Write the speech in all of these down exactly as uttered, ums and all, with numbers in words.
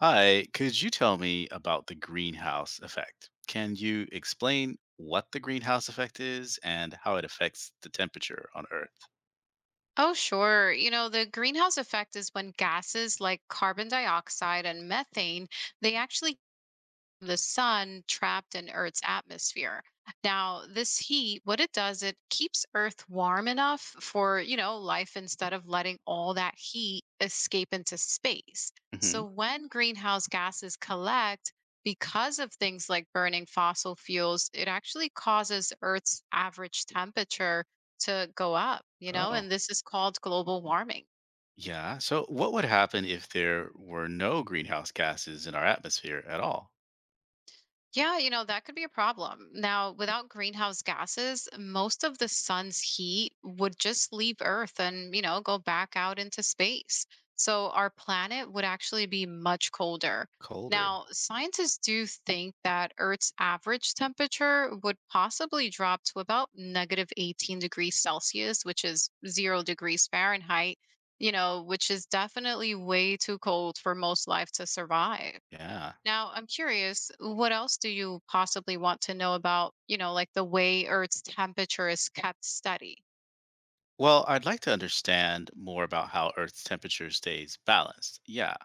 Hi, could you tell me about the greenhouse effect? Can you explain what the greenhouse effect is and how it affects the temperature on Earth? Oh, sure. You know, the greenhouse effect is when gases like carbon dioxide and methane, they actually the sun trapped in Earth's atmosphere. Now, this heat, what it does, it keeps Earth warm enough for, you know, life instead of letting all that heat escape into space. hmm So when greenhouse gases collect, because of things like burning fossil fuels, it actually causes Earth's average temperature to go up, you know, Oh, and this is called global warming. yeah. So, what would happen if there were no greenhouse gases in our atmosphere at all? Yeah, you know, that could be a problem. Now, without greenhouse gases, most of the sun's heat would just leave Earth and, you know, go back out into space. So our planet would actually be much colder. Colder. Now, scientists do think that Earth's average temperature would possibly drop to about negative eighteen degrees Celsius, which is zero degrees Fahrenheit, you know, which is definitely way too cold for most life to survive. Yeah. Now, I'm curious, what else do you possibly want to know about, you know, like the way Earth's temperature is kept steady? Well, I'd like to understand more about how Earth's temperature stays balanced. Yeah.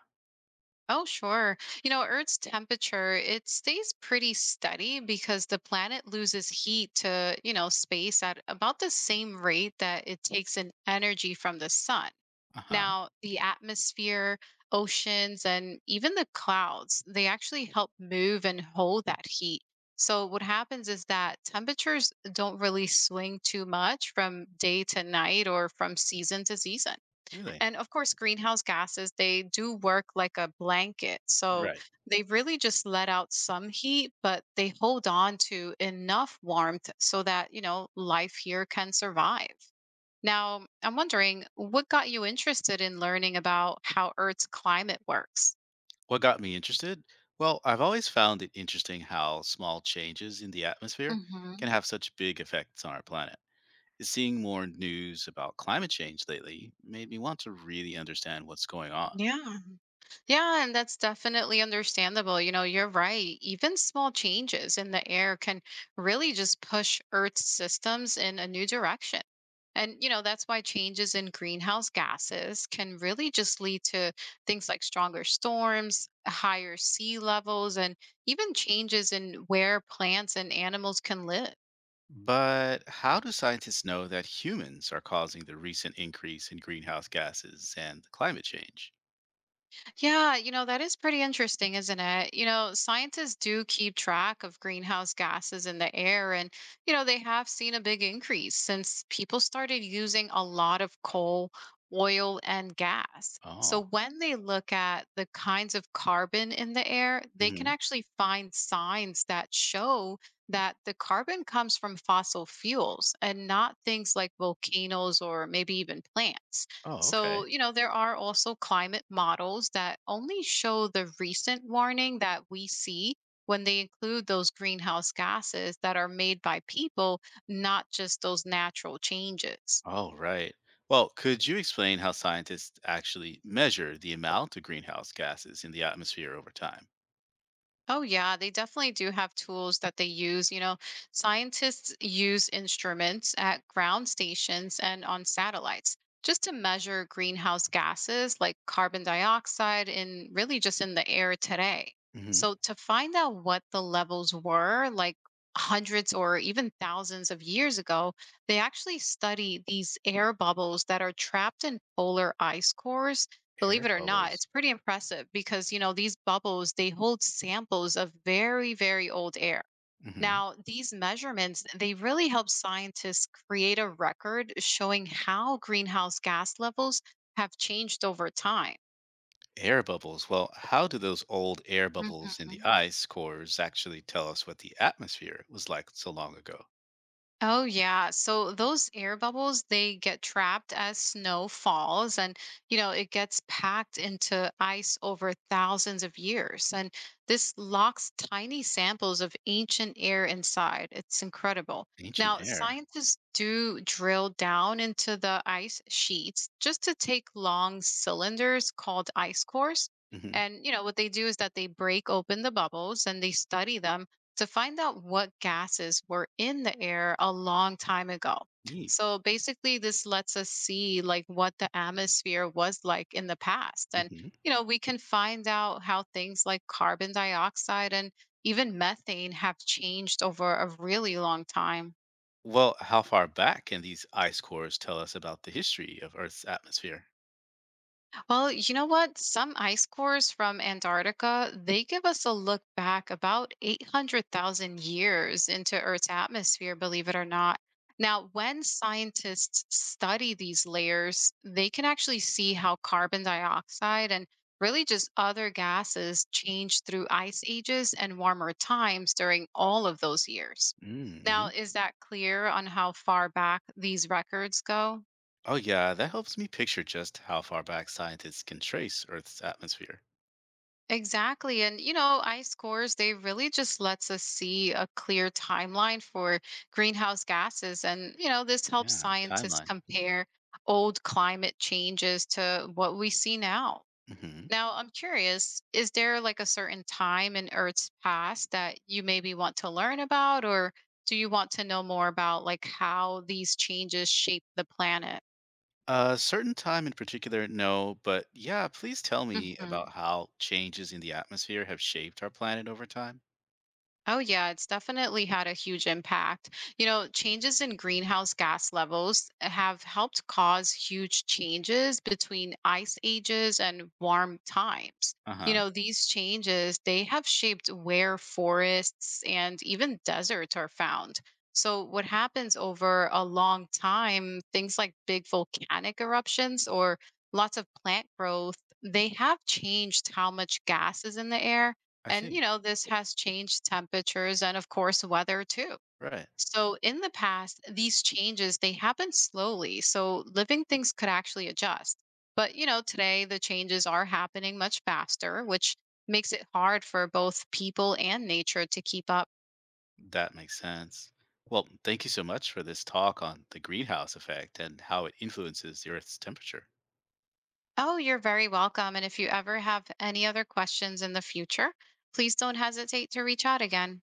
Oh, sure. You know, Earth's temperature, it stays pretty steady because the planet loses heat to, you know, space at about the same rate that it takes in energy from the sun. Uh huh. Now, the atmosphere, oceans, and even the clouds, they actually help move and hold that heat. So, what happens is that temperatures don't really swing too much from day to night or from season to season. Really? And of course, greenhouse gases, they do work like a blanket. So, Right. they really just let out some heat, but they hold on to enough warmth so that, you know, life here can survive. Now, I'm wondering what got you interested in learning about how Earth's climate works? What got me interested? Well, I've always found it interesting how small changes in the atmosphere can Hmm. have such big effects on our planet. Seeing more news about climate change lately made me want to really understand what's going on. Yeah. Yeah, and that's definitely understandable. You know, you're right. Even small changes in the air can really just push Earth's systems in a new direction. And, you know, that's why changes in greenhouse gases can really just lead to things like stronger storms, higher sea levels, and even changes in where plants and animals can live. But how do scientists know that humans are causing the recent increase in greenhouse gases and climate change? Yeah, you know, that is pretty interesting, isn't it? You know, scientists do keep track of greenhouse gases in the air, and, you know, they have seen a big increase since people started using a lot of coal, oil, and gas. So Oh. when they look at the kinds of carbon in the air, they can hmm actually find signs that show that the carbon comes from fossil fuels and not things like volcanoes or maybe even plants. Oh, So, okay. you know, there are also climate models that only show the recent warning that we see when they include those greenhouse gases that are made by people, not just those natural changes. Oh, right. Well, could you explain how scientists actually measure the amount of greenhouse gases in the atmosphere over time? Oh, yeah, they definitely do have tools that they use. You know, scientists use instruments at ground stations and on satellites just to measure greenhouse gases like carbon dioxide in really just in the air today. So, to find out what the levels were like hundreds or even thousands of years ago, they actually study these air bubbles that are trapped in polar ice cores, believe Air it or not. bubbles. It's pretty impressive because, you know, these bubbles, they hold samples of very, very old air. hmm Now, these measurements, they really help scientists create a record showing how greenhouse gas levels have changed over time. Air bubbles. Well, how do those old air bubbles in the Mhm. ice cores actually tell us what the atmosphere was like so long ago? Oh, yeah. So those air bubbles, they get trapped as snow falls and, you know, it gets packed into ice over thousands of years. And this locks tiny samples of ancient air inside. It's incredible. Ancient Now, air. scientists do drill down into the ice sheets just to take long cylinders called ice cores. hmm And, you know, what they do is that they break open the bubbles and they study them to find out what gases were in the air a long time ago. Neat. So basically, this lets us see like what the atmosphere was like in the past. And, hmm you know, we can find out how things like carbon dioxide and even methane have changed over a really long time. Well, how far back can these ice cores tell us about the history of Earth's atmosphere? Well, you know what? Some ice cores from Antarctica, they give us a look back about eight hundred thousand years into Earth's atmosphere, believe it or not. Now, when scientists study these layers, they can actually see how carbon dioxide and really just other gases change through ice ages and warmer times during all of those years. Now, Mm-hmm. is that clear on how far back these records go? Oh, yeah, that helps me picture just how far back scientists can trace Earth's atmosphere. Exactly. And, you know, ice cores, they really just lets us see a clear timeline for greenhouse gases. And, you know, this helps Yeah, scientists timeline. compare old climate changes to what we see now. hmm Now, I'm curious, is there like a certain time in Earth's past that you maybe want to learn about, or do you want to know more about like how these changes shape the planet? A certain time in particular, no, but yeah, please tell me Mm-hmm. about how changes in the atmosphere have shaped our planet over time. Oh, yeah, it's definitely had a huge impact. You know, changes in greenhouse gas levels have helped cause huge changes between ice ages and warm times. Uh You huh. know, these changes, they have shaped where forests and even deserts are found. So, what happens over a long time, things like big volcanic eruptions or lots of plant growth, they have changed how much gas is in the air I and, you see. know, this has changed temperatures and of course weather too. Right. So in the past, these changes they happen slowly, so living things could actually adjust. But, you know, today the changes are happening much faster, which makes it hard for both people and nature to keep up. That makes sense. Well, thank you so much for this talk on the greenhouse effect and how it influences the Earth's temperature. Oh, you're very welcome. And if you ever have any other questions in the future, please don't hesitate to reach out again.